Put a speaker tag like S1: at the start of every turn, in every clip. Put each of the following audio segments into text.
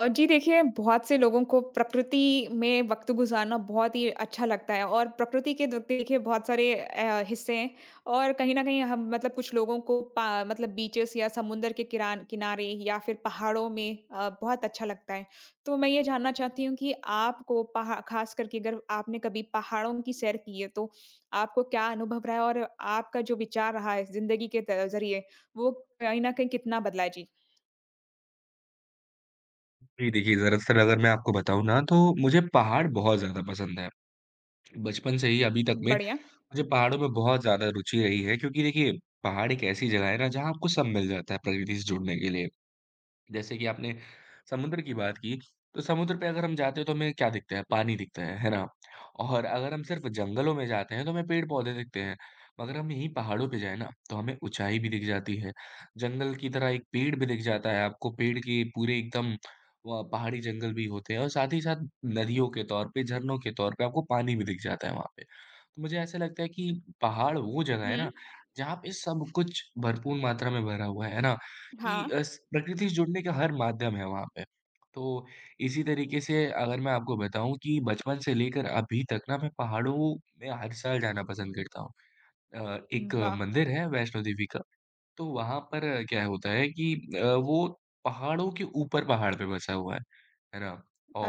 S1: जी देखिए, बहुत से लोगों को प्रकृति में वक़्त गुज़ारना बहुत ही अच्छा लगता है और प्रकृति के द देखिए बहुत सारे हिस्से हैं और कहीं न कहीं हम मतलब कुछ लोगों को पा मतलब बीचेस या समुंदर के किरान किनारे या फिर पहाड़ों में बहुत अच्छा लगता है। तो मैं ये जानना चाहती हूँ कि आपको पहा ख़ास करके अगर आपने कभी पहाड़ों की सैर की है, तो आपको क्या अनुभव रहा है और आपका जो विचार रहा है ज़िंदगी के त ज़रिए, वो कहीं न कहीं कितना बदला है? जी,
S2: जी, देखिए दरअसल अगर मैं आपको बताऊँ ना तो मुझे पहाड़ बहुत ज़्यादा पसंद है। बचपन से ही अभी तक में
S1: बढ़िया।
S2: मुझे पहाड़ों में बहुत ज़्यादा रुचि रही है क्योंकि देखिए पहाड़ एक ऐसी जगह है ना जहाँ आपको सब मिल जाता है प्रकृति से जुड़ने के लिए। जैसे कि आपने समुद्र की बात की, तो समुद्र पे अगर हम जाते हैं तो हमें क्या दिखता है? पानी दिखता है ना? और अगर हम सिर्फ़ जंगलों में जाते हैं तो हमें पेड़-पौधे दिखते हैं, मगर हम यहीं पहाड़ों पे जाएँ ना तो हमें ऊँचाई भी दिख जाती है, जंगल की तरह एक पेड़ भी दिख जाता है आपको, पेड़ के पूरे एकदम व पहाड़ी जंगल भी होते हैं और साथ ही साथ नदियों के तौर पे, झरनों के तौर पे आपको पानी भी दिख जाता है वहाँ पे। तो मुझे ऐसा लगता है कि पहाड़ वो जगह है
S1: हुँ।
S2: ना, जहाँ पे सब कुछ भरपूर मात्रा में भरा हुआ है ना?
S1: हाँ।
S2: कि अ, स प्रकृति से जुड़ने का हर माध्यम है वहाँ पे। तो इसी तरीके से अगर मैं आपको बताऊँ कि बचपन से लेकर अभी तक ना मैं पहाड़ों में हर साल जाना पसंद करता हूँ। एक
S1: वाह!
S2: मंदिर है वैष्णो देवी का, तो वहाँ पर क्या होता है कि वो पहाड़ों के ऊपर पहाड़ पे बसा हुआ है। है ना?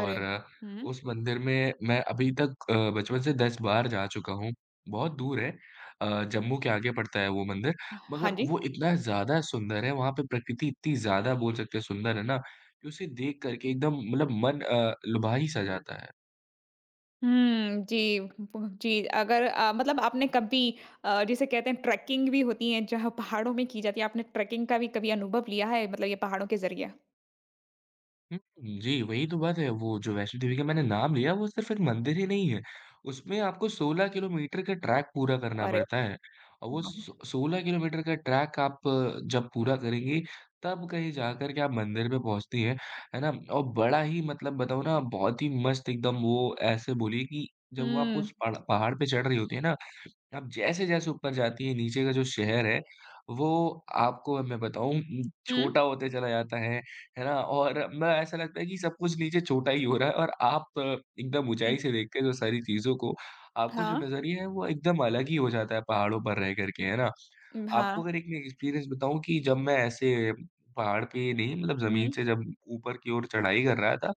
S1: अरे! हुँ।
S2: उस मंदिर में मैं अभी तक बचपन से 10 बार जा चुका हूँ। बहुत दूर है जम्मू के आगे पड़ता है वो मंदिर,
S1: ह हाँ
S2: मगर
S1: जी।
S2: वो इतना ज़्यादा सुंदर है, वहाँ पे प्रकृति इतनी ज़्यादा बोल सकते हैं सुंदर है ना, कि उसे देख कर के एकदम मतलब मन लुभा ही सा जाता है।
S1: हुँ, जी, ब जी, अगर मतलब आपने कभी जिसे कहते हैं ट्रैकिंग भी होती है, जहाँ पहाड़ों में की जाती है, आपने ट्रैकिंग का भी कभी अनुभव लिया है मतलब ये पहाड़ों के ज़रिए?
S2: हुँ, जी, वही तो बात है। वो जो वैष्णो देवी का मैंने नाम लिया, वो सिर्फ़ एक मंदिर ही नहीं है। उसमें आपको 16 किलोमीटर का ट्रैक पूरा करना
S1: अरे
S2: पड़ता है और वो
S1: वाह!
S2: सो 16 किलोमीटर का ट्रैक आप जब पूरा करेंगे, तब कहीं जाकर के आप मंदिर पे पहुँचती हैं, है ना? और बड़ा ही मतलब बताऊँ ना, बहुत ही मस्त एकदम वो ऐसे बोलिए कि जब वो आप
S1: हुँ।
S2: उस पड़ पहाड़ पे चढ़ रही होती हैं ना आप जैसे-जैसे ऊपर जाती हैं, नीचे का जो शहर है, वो आपको मैं बताऊँ
S1: हुँ,
S2: छोटा होते चला जाता है ना? और मैं ऐसा लगता है कि सब कुछ नीचे छोटा ही हो रहा है और आप एकदम
S1: हुँ।
S2: ऊँचाई से देखते हैं, तो सारी चीज़ों को, आपको जो
S1: हाँ।
S2: नज़रिया है, वो एकदम अलग ही हो जाता है पहाड़ों पर रह कर के, है ना?
S1: हाँ।
S2: आपको अगर एक मैं एक्सपीरियंस बताऊँ कि जब मैं ऐसे पहाड़ पे नहीं, मतलब
S1: हुँ।
S2: ज़मीन से जब ऊपर की ओर चढ़ाई कर रहा था,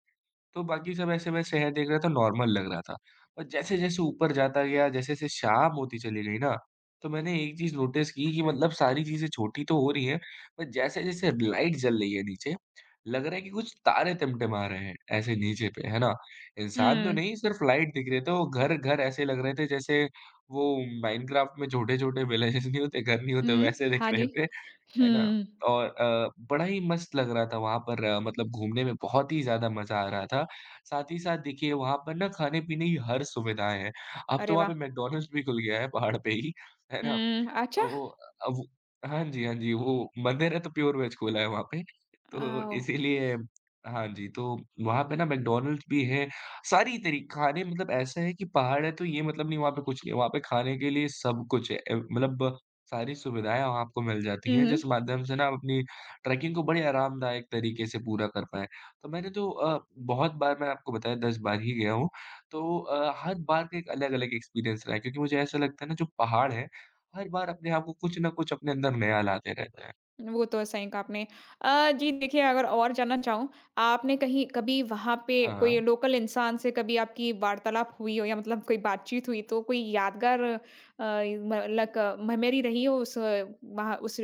S2: तो बाकी सब ऐसे मैं शहर देख रहा था, नॉर्मल लग रहा था। और जैसे-जैसे ऊपर जाता गया, जैसे-जैसे शाम होती चली गई ना, तो मैंने एक चीज़ नोटिस की कि मतलब सारी चीज़ें छोटी तो हो रही हैं, पर जैसे-जैसे लाइट जल रही है नीचे, लग रहा है कि कुछ तारे टिमटिमा रहे हैं, ऐसे नीचे पे, है ना? इंसान तो
S1: हुँ,
S2: नहीं, सिर्फ लाइट दिख रहे थे, वो घर-घर ऐसे लग रहे थे जैसे वो माइनक्राफ्ट में छोटे-छोटे विलेजेस नहीं होते, घर नहीं होते,
S1: हुँ।
S2: वैसे
S1: हाँ
S2: दिख
S1: जी।
S2: रहे थे। है ना?
S1: हुँ।
S2: और बड़ा ही मस्त लग रहा था वहाँ पर मतलब घूमने में बहुत ही ज़्यादा मज़ा आ रहा था। साथ ही साथ देखिए वहाँ पर ना खाने-पीने की हर सुविधाएँ हैं। अब तो
S1: अरे
S2: वहाँ
S1: वाह!
S2: पे मैकडॉनल्ड्स भी खुल गया है पहाड़ पे ही, है ना?
S1: हुँ, अच्छा।
S2: तो अब हाँ जी, हाँ जी, वो मंदिर है तो प्योर वेज खुला है वहाँ पे। तो
S1: ओह!
S2: इसीलिए हाँ जी, तो वहाँ पे ना मैकडॉनल्ड्स भी है। सारी तरी खाने मतलब ऐसा है कि पहाड़ है तो ये मतलब नहीं वहाँ पे कुछ नहीं है, वहाँ पे खाने के लिए सब कुछ है। मतलब सारी सुविधाएँ वहाँ आपको मिल जाती
S1: हुँ,
S2: हैं,
S1: हुँ।
S2: जिस माध्यम से ना आप अपनी ट्रैकिंग को बड़े आरामदायक तरीके से पूरा कर पाएँ। तो मैंने तो बहुत बार मैं आपको बताया 10 बार ही गया हूँ, तो हर बार का एक अलग-अलग एक्सपीरियंस रहा है क्योंकि मुझे ऐसा लगता है ना जो पहाड़ हैं, हर बार अपने आप को कुछ न कुछ अपने अंदर नया लाते रहते हैं।
S1: वो तो सही कहा आपने। जी देखिए अगर और जानना चाहूँ, आपने कहीं कभी वहाँ पे
S2: हाँ।
S1: कोई लोकल इंसान से कभी आपकी वार्तालाप हुई हो या मतलब कोई बातचीत हुई तो कोई यादगार अ, म लाइक मेमोरी रही हो उस वहाँ उस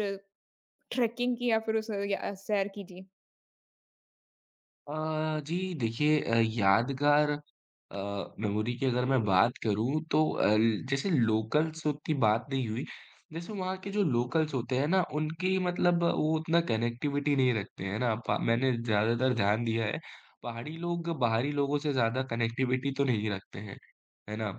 S1: ट्रेकिंग की या फिर उस या सैर की? जी।
S2: जी देखिए यादगार मेमोरी की अगर मैं बात करूँ तो जैसे लोकल्स की बात नहीं हुई, जैसे वहाँ के जो लोकल्स होते हैं ना उनकी मतलब वो उतना कनेक्टिविटी नहीं रखते हैं ना, प मैंने ज़्यादातर ध्यान दिया है, पहाड़ी लोग बाहरी लोगों से ज़्यादा कनेक्टिविटी तो नहीं रखते हैं, है ना?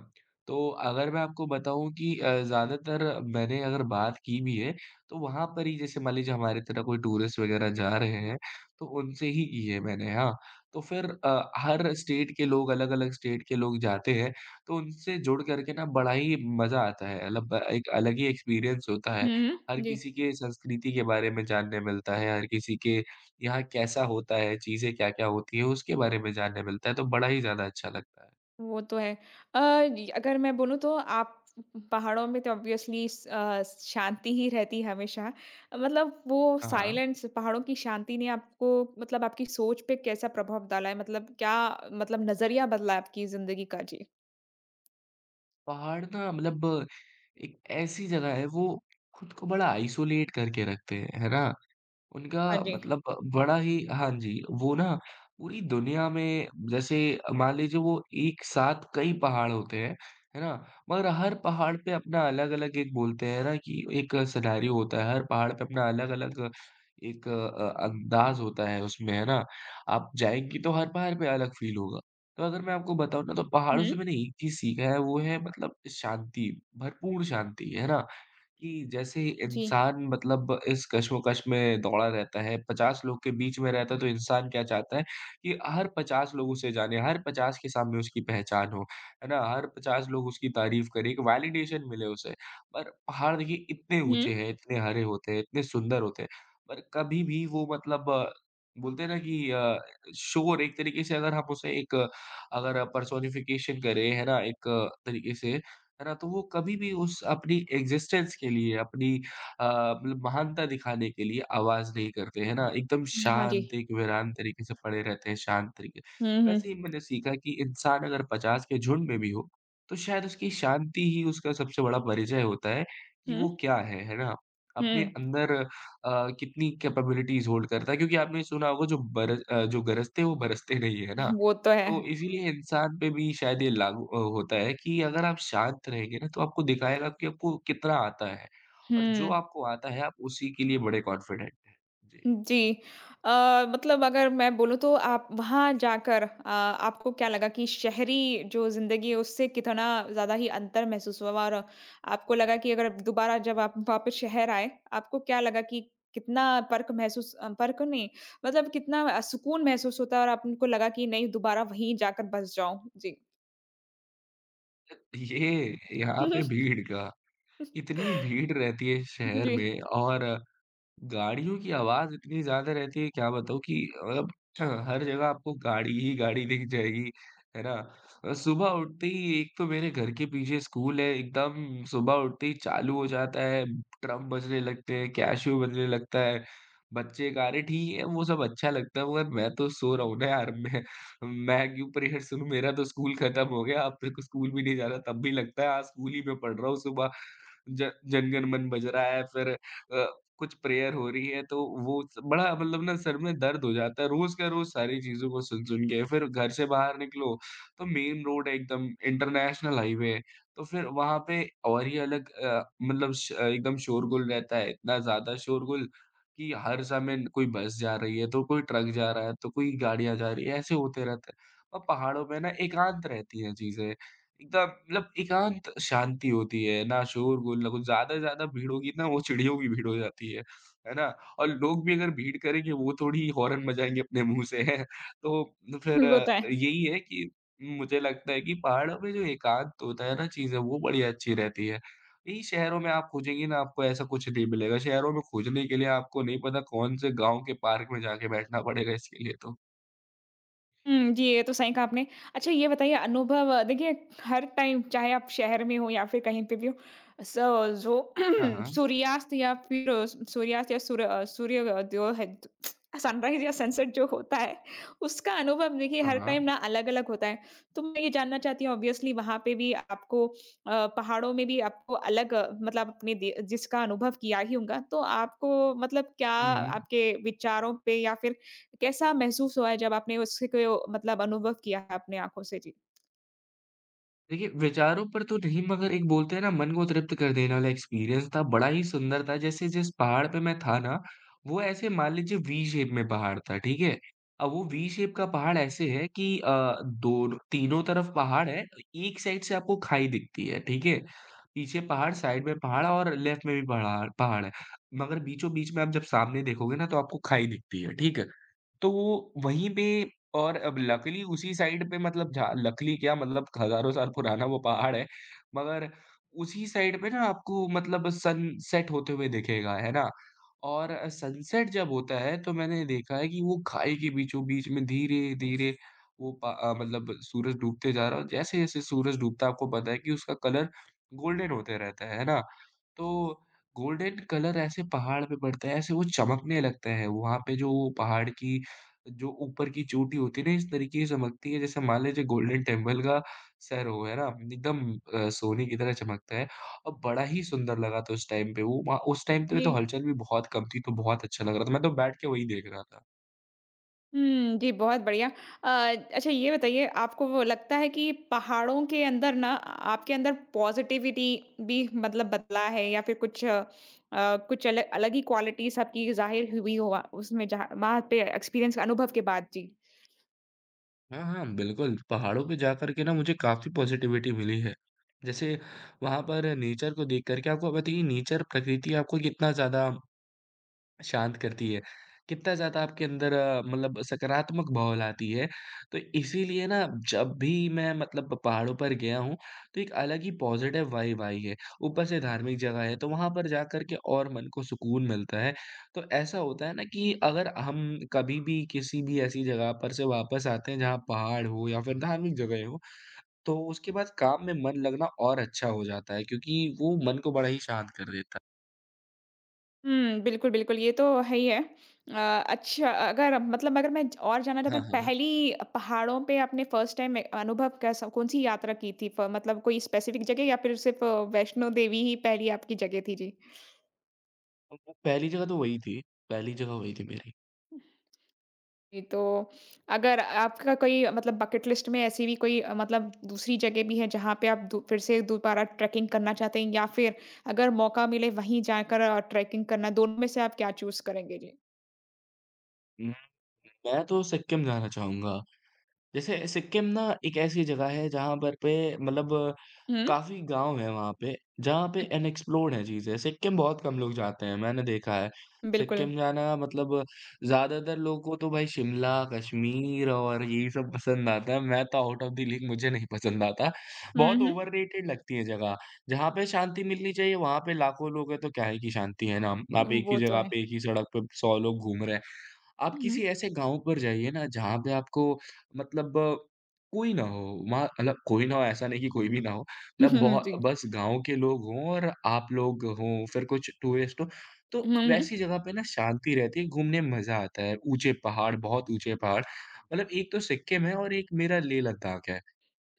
S2: तो अगर मैं आपको बताऊँ कि ज़्यादातर मैंने अगर बात की भी है, तो वहाँ पर ही जैसे मान लीजिए हमारी तरह कोई टूरिस्ट वगैरह जा रहे हैं तो उनसे ही की है मैंने, हाँ। तो फिर हर स्टेट के लोग अलग-अलग स्टेट के लोग जाते हैं, तो उनसे जुड़ कर के ना बड़ा ही मज़ा आता है। मतलब एक अलग ही एक्सपीरियंस होता है।
S1: हुँ,
S2: हर
S1: हुँ। जी।
S2: किसी के संस्कृति के बारे में जानने मिलता है, हर किसी के यहाँ कैसा होता है, चीज़ें क्या-क्या होती हैं, उसके बारे में जानने मिलता है, तो बड़ा ही ज़्यादा अच्छा लगता है।
S1: वो तो है। अ, य अगर मैं बोलूँ तो आप पहाड़ों में तो ऑब्वियसली शांति ही रहती है हमेशा। मतलब वो
S2: हाँ, हाँ।
S1: साइलेंस पहाड़ों की शांति ने आपको मतलब आपकी सोच पे कैसा प्रभाव डाला है? मतलब क्या मतलब नज़रिया बदला है आपकी ज़िंदगी का? जी।
S2: पहाड़ ना मतलब एक ऐसी जगह है, वो खुद को बड़ा आइसोलेट करके रखते हैं, है ना? उनका
S1: हाँ जी।
S2: मतलब बड़ा ही हाँ जी, वो ना पूरी दुनिया में जैसे मान लीजिए वो एक साथ कई पहाड़ होते हैं, है ना? मगर हर पहाड़ पे अपना अलग-अलग एक बोलते हैं ना कि एक सिनेरियो होता है, हर पहाड़ पे अपना अलग-अलग एक अंदाज़ होता है उसमें, है ना? आप जाएँगी तो हर पहाड़ पे अलग फ़ील होगा। तो अगर मैं आपको बताऊँ ना तो पहाड़ों
S1: हुँ,
S2: से मैंने एक चीज़ सीखा है वो है मतलब शांति, भरपूर शांति, है ना? कि जैसे
S1: जी।
S2: इंसान मतलब इस कशमकश में दौड़ा रहता है, 50 लोग के बीच में रहता है, तो इंसान क्या चाहता है कि हर 50 लोग उसे जाने, हर 50 के सामने उसकी पहचान हो, है ना? हर 50 लोग उसकी तारीफ़ करें, एक वैलिडेशन मिले उसे। पर पहाड़ देखिए इतने
S1: हुँ।
S2: ऊँचे हैं, इतने हरे होते हैं, इतने सुंदर होते हैं, पर कभी भी वो मतलब बोलते हैं ना कि शोर एक तरीके से अगर हम उसे अगर पर्सोनिफिकेशन करें, है ना? एक तरीके से है ना? तो वो कभी भी उस अपनी एग्ज़िस्टेंस के लिए, अपनी अ, मतलब महानता दिखाने के लिए आवाज़ नहीं करते, है ना? एकदम
S1: हाँ जी।
S2: शांत, एक वीरान तरीके से पड़े रहते हैं, शांत तरीके।
S1: हुँ, हुँ।
S2: वैसे ही मैंने सीखा कि इंसान अगर 50 के झुंड में भी हो, तो शायद उसकी शांति ही उसका सबसे बड़ा परिचय होता है कि
S1: हुँ,
S2: वो क्या है ना? अपने
S1: हुँ।
S2: अंदर कितनी कैपेबिलिटीज़ होल्ड करता है क्योंकि आपने सुना होगा जो गरजते हैं, वो बरसते नहीं है, है ना?
S1: वो तो है।
S2: तो इसीलिए इंसान पे भी शायद ये लागू होता है कि अगर आप शांत रहेंगे ना, तो आपको दिखाएगा कि आपको कितना आता है और जो
S1: हुँ।
S2: आपको आता है, आप उसी के लिए बड़े कॉन्फिडेंट हैं। जी।
S1: जी। अ, मतलब अगर मैं बोलूँ तो आप वहाँ जाकर आपको क्या लगा कि शहरी जो ज़िंदगी है उससे कितना ज़्यादा ही अंतर महसूस हुआ? और आपको लगा कि अगर दोबारा जब आप वापस शहर आए, आपको क्या लगा कि कितना फ़र्क महसूस फ़र्क नहीं मतलब कितना सुकून महसूस होता है और आपको लगा कि नहीं दोबारा वहीं जाकर बस जाऊँ? जी।
S2: ये यहाँ पे भीड़ का इतनी भीड़ रहती है शहर
S1: जी,
S2: में और गाड़ियों की आवाज़ इतनी ज़्यादा रहती है क्या बताऊँ कि मतलब हाँ, हर जगह आपको गाड़ी ही गाड़ी दिख जाएगी, है ना? सुबह उठते ही एक तो मेरे घर के पीछे स्कूल है, एकदम सुबह उठते ही चालू हो जाता है, ड्रम बजने लगते हैं, कैशियो बजने लगता है, बच्चे गा रहे ठीक है वो सब अच्छा लगता है मगर मैं तो सो रहा हूँ ना यार, मैं क्यों प्रेयर सुनूँ? मेरा तो स्कूल खत्म हो गया, अब मेरे को स्कूल भी नहीं जाना तब भी लगता है आज स्कूल ही में पढ़ रहा हूँ सुबह। ज जन गण मन बज रहा है फिर अ, कुछ प्रेयर हो रही है, तो वो स बड़ा मतलब ना सर में दर्द हो जाता है, रोज़ का रोज़ सारी चीज़ों को सुन-सुन के। फिर घर से बाहर निकलो, तो मेन रोड है एकदम इंटरनेशनल हाईवे, तो फिर वहाँ पे और ही अलग मतलब एकदम शोरगुल रहता है, इतना ज़्यादा शोरगुल कि हर समय कोई बस जा रही है, तो कोई ट्रक जा रहा है, तो कोई गाड़ियाँ जा रही है, ऐसे होते रहता है। और पहाड़ों पे ना एकांत रहती हैं चीज़ें। एकदम मतलब एकांत शांति होती है, ना शोर-गुल, ना कुछ ज़्यादा से ज़्यादा भीड़ होगी ना वो चिड़ियों की भीड़ हो जाती है ना? और लोग भी अगर भीड़ करेंगे वो थोड़ी हॉर्न बजाएँगे अपने मुँह से तो फिर
S1: वो तो है।
S2: यही है कि मुझे लगता है कि पहाड़ों में जो एकांत होता है ना चीज़ें वो बड़ी अच्छी रहती है। यही शहरों में आप खोजेंगे ना आपको ऐसा कुछ नहीं मिलेगा, शहरों में खोजने के लिए आपको नहीं पता कौन से गाँव के पार्क में जाके बैठना पड़ेगा इसके लिए तो।
S1: हुँ, जी, ये तो सही कहा आपने। अच्छा ये बताइए अनुभव देखिए हर टाइम चाहे आप शहर में हो या फिर कहीं पे भी हो, स जो
S2: हाँ, हाँ।
S1: सूर्यास्त या फिर सूर्योदय है सनराइज़ या सनसेट जो होता है, उसका अनुभव देखिए
S2: हाँ,
S1: हर टाइम
S2: हाँ।
S1: ना अलग-अलग होता है। तो मैं ये जानना चाहती हूँ ऑब्वियसली वहाँ पे भी आपको पहाड़ों में भी आपको अलग मतलब अपने दे जिसका अनुभव किया ही होगा, तो आपको मतलब क्या
S2: हुँ, हुँ।
S1: आपके विचारों पे या फिर कैसा महसूस हुआ है जब आपने उससे कोई मतलब अनुभव किया है अपनी आँखों से? जी।
S2: देखिए, विचारों पर तो नहीं मगर एक बोलते हैं ना मन को तृप्त कर देने वाला एक्सपीरियंस था, बड़ा ही सुंदर था। जैसे जिस पहाड़ पे मैं था ना, वो ऐसे मान लीजिए वी शेप में पहाड़ था, ठीक है? अब वो वी शेप का पहाड़ ऐसे है कि दोनों तीनों तरफ पहाड़ है, एक साइड से आपको खाई दिखती है, ठीक है? पीछे पहाड़, साइड में पहाड़ और लेफ्ट में भी पहाड़ पहाड़ है। मगर बीचों-बीच में आप जब सामने देखोगे ना तो आपको खाई दिखती है, ठीक है? तो वो वहीं पे और अब लकीली उसी साइड पे मतलब जहाँ लकीली क्या मतलब हज़ारों साल पुराना वो पहाड़ है, मगर उसी साइड पे ना आपको मतलब सनसेट होते हुए दिखेगा, है ना? और सनसेट जब होता है तो मैंने देखा है कि वो खाई के बीचों-बीच में धीरे-धीरे वो मतलब सूरज डूबते जा रहा है और जैसे-जैसे सूरज डूबता है आपको पता है कि उसका कलर गोल्डन होते रहता है ना? तो गोल्डन कलर ऐसे पहाड़ पे पड़ता है, ऐसे वो चमकने लगते हैं, वहाँ पे जो वो पहाड़ की जो ऊपर की चोटी होती है ना इस तरीके से चमकती है जैसे मान लीजिए गोल्डन टेम्पल का सर हो, है ना? एकदम सोने की तरह चमकता है और बड़ा ही सुंदर लगा था उस टाइम पे वो वहाँ उस टाइम पे
S1: जी।
S2: तो हलचल भी बहुत कम थी तो बहुत अच्छा लग रहा था। मैं तो बैठ के वही देख रहा था।
S1: हुँ, जी, बहुत बढ़िया। अच्छा ये बताइए आपको वो लगता है कि पहाड़ों के अंदर ना आपके अंदर पॉज़िटिविटी भी मतलब बदला है या फिर कुछ कुछ अल अलग ही क्वालिटीज़ आपकी ज़ाहिर हुई हो उसमें जहाँ वहाँ पे एक्सपीरियंस अनुभव के बाद? जी।
S2: हाँ, हाँ, बिल्कुल। पहाड़ों पे जाकर के ना मुझे काफ़ी पॉज़िटिविटी मिली है। जैसे वहाँ पर नेचर को देख कर के आपको बताइए नेचर प्रकृति आपको कितना ज़्यादा शांत करती है। कितना ज़्यादा आपके अंदर मतलब सकारात्मक भाव लाती है। तो इसीलिए ना जब भी मैं मतलब पहाड़ों पर गया हूँ, तो एक अलग ही पॉज़िटिव वाइब आई है। ऊपर से धार्मिक जगह है, तो वहाँ पर जाकर के और मन को सुकून मिलता है। तो ऐसा होता है ना कि अगर हम कभी भी किसी भी ऐसी जगह पर से वापस आते हैं जहाँ पहाड़ हो या फिर धार्मिक जगह हो, तो उसके बाद काम में मन लगना और अच्छा हो जाता है क्योंकि वो मन को बड़ा ही शांत कर देता
S1: हुँ, बिल्कुल, बिल्कुल, ये तो है ही है। अच्छा अगर मतलब अगर मैं ज और जानना चाहता
S2: है। हाँ,
S1: हूँ
S2: हाँ। हाँ।
S1: पहली पहाड़ों पे आपने फर्स्ट टाइम ए अनुभव कैसा कौन-सी यात्रा की थी? फ मतलब कोई स्पेसिफिक जगह या फिर सिर्फ़ वैष्णो देवी ही पहली आपकी जगह थी? जी।
S2: पहली जगह तो वही थी, पहली जगह वही थी मेरी।
S1: जी, तो अगर आपका कोई मतलब बकेट लिस्ट में ऐसी भी कोई मतलब दूसरी जगह भी है जहाँ पे आप दु फिर से दोबारा ट्रैकिंग करना चाहते हैं या फिर अगर मौका मिले वहीं जाकर ट्रैकिंग करना, दोनों में से आप क्या चूज़ करेंगे? जी।
S2: मैं मैं तो सिक्किम जाना चाहूँगा। जैसे सिक्किम ना एक ऐसी जगह है जहाँ पर पे मतलब
S1: हुँ,
S2: काफ़ी गाँव हैं वहाँ पे, जहाँ पे
S1: अच
S2: अनएक्सप्लोर्ड हैं चीज़ें। सिक्किम बहुत कम लोग जाते हैं, मैंने देखा है।
S1: बिल्कुल।
S2: सिक्किम जाना मतलब ज़्यादातर लोगों को तो भाई शिमला, कश्मीर और यही सब पसंद आता है। मैं तो आउट ऑफ द लीग मुझे नहीं पसंद आता।
S1: हुँ,
S2: बहुत
S1: हुँ।
S2: ओवररेटेड लगती है जगह। जहाँ पे शांति मिलनी चाहिए, वहाँ पे लाखों लोग हैं तो क्या ही की शांति है ना? आप एक ही
S1: वो तो
S2: जगह
S1: है।
S2: पे, एक ही सड़क पे 100 लोग घूम रहे हैं। आप
S1: हुँ,
S2: किसी ऐसे गाँव पर जाइए ना जहाँ पे आपको मतलब कोई ना हो, वहाँ मतलब कोई ना हो ऐसा नहीं कि कोई भी ना हो, मतलब
S1: हुँ।
S2: बहुत
S1: जी।
S2: बस गाँव के लोग हों और आप लोग हों, फिर कुछ टूरिस्ट हों, तो
S1: हुँ।
S2: वैसी जगह पे ना शांति रहती है, घूमने में मज़ा आता है। ऊँचे पहाड़, बहुत ऊँचे पहाड़, मतलब एक तो सिक्किम है और एक मेरा लेह लद्दाख है।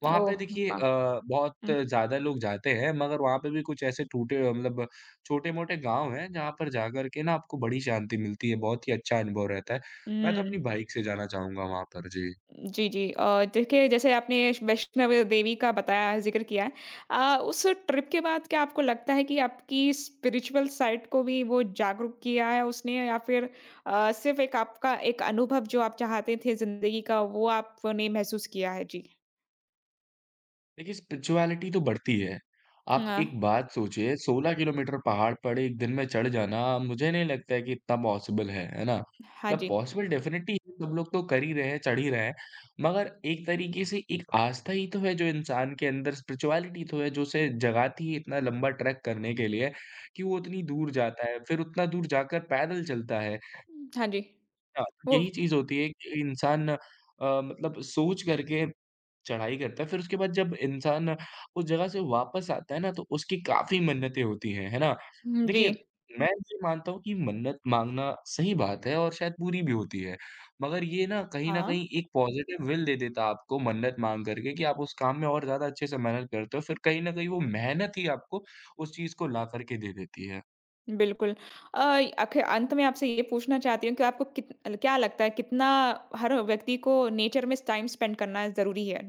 S2: वहाँ पे
S1: ओह!
S2: देखिए
S1: वाह!
S2: बहुत
S1: हुँ,
S2: ज़्यादा लोग जाते हैं, मगर वहाँ पे भी कुछ ऐसे टूटे हुए मतलब छोटे-मोटे गाँव हैं, जहाँ पर जाकर के ना आपको बड़ी शांति मिलती है, बहुत ही अच्छा अनुभव रहता है। मैं तो
S1: हुँ।
S2: अपनी बाइक से जाना चाहूँगा वहाँ पर। जी।
S1: जी, जी। देखिए जैसे आपने वैष्णव देवी का बताया ज़िक्र किया है। उस ट्रिप के बाद क्या आपको लगता है कि आपकी स्पिरिचुअल साइड को भी वो जागरूक किया है उसने या फिर सिर्फ़ एक आपका एक अनुभव जो आप चाहते थे ज़िंदगी का वो आपने महसूस किया है? जी।
S2: देखिए, स्पिरिचुअलिटी तो बढ़ती है। आप
S1: अ,
S2: एक बात सोचिए 16 किलोमीटर पहाड़ पर एक दिन में चढ़ जाना मुझे नहीं लगता है कि इतना पॉसिबल है ना?
S1: हाँ
S2: मतलब
S1: जी।
S2: पॉसिबल डेफ़िनिटली है, सब लोग तो कर ही रहे हैं, चढ़ ही रहे हैं। मगर एक तरीके से एक आस्था ही तो है जो इंसान के अंदर स्पिरिचुअलिटी तो है जो उसे जगाती है इतना लंबा ट्रैक करने के लिए कि वो उतनी दूर जाता है, फिर उतना दूर जाकर पैदल चलता है।
S1: हाँ जी।
S2: हाँ, तो
S1: वो
S2: यही चीज़ होती है कि इंसान मतलब सोच करके चढ़ाई करता है, फिर उसके बाद जब इंसान उस जगह से वापस आता है ना, तो उसकी काफ़ी मन्नतें होती हैं, है ना?
S1: हुँ, जी।
S2: देखिए, मैं ये मानता हूँ कि मन्नत माँगना सही बात है और शायद पूरी भी होती है, मगर ये ना कहीं न कहीं
S1: हाँ।
S2: एक पॉज़िटिव विल दे देता है आपको मन्नत माँग कर के कि आप उस काम में और ज़्यादा अच्छे से मेहनत करते हो, फिर कहीं न कहीं वो मेहनत ही आपको उस चीज़ को ला कर के दे देती है।
S1: बिल्कुल। अ, आखिर अंत में आपसे ये पूछना चाहती हूँ कि आपको कित क्या लगता है कितना हर व्यक्ति को नेचर में टाइम स्पेंड करना ज़रूरी है?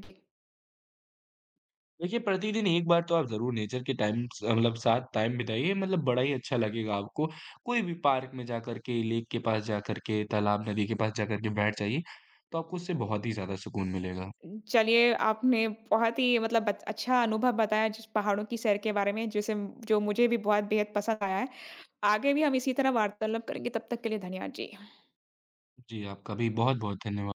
S2: देखिए, प्रतिदिन एक बार तो आप ज़रूर नेचर के टाइम स मतलब साथ टाइम बिताइए, मतलब बड़ा ही अच्छा लगेगा आपको। कोई भी पार्क में जाकर के, लेक के पास जाकर के, तालाब, नदी के पास जाकर के बैठ जाइए, तो आपको उससे बहुत ही ज़्यादा सुकून मिलेगा।
S1: चलिए, आपने बहुत ही मतलब बत अच्छा अनुभव बताया जिस पहाड़ों की सैर के बारे में जिसे जो मुझे भी बहुत बेहद पसंद आया है। आगे भी हम इसी तरह वार्तालाप करेंगे, तब तक के लिए धन्यवाद जी।
S2: जी, आपका भी बहुत-बहुत धन्यवाद।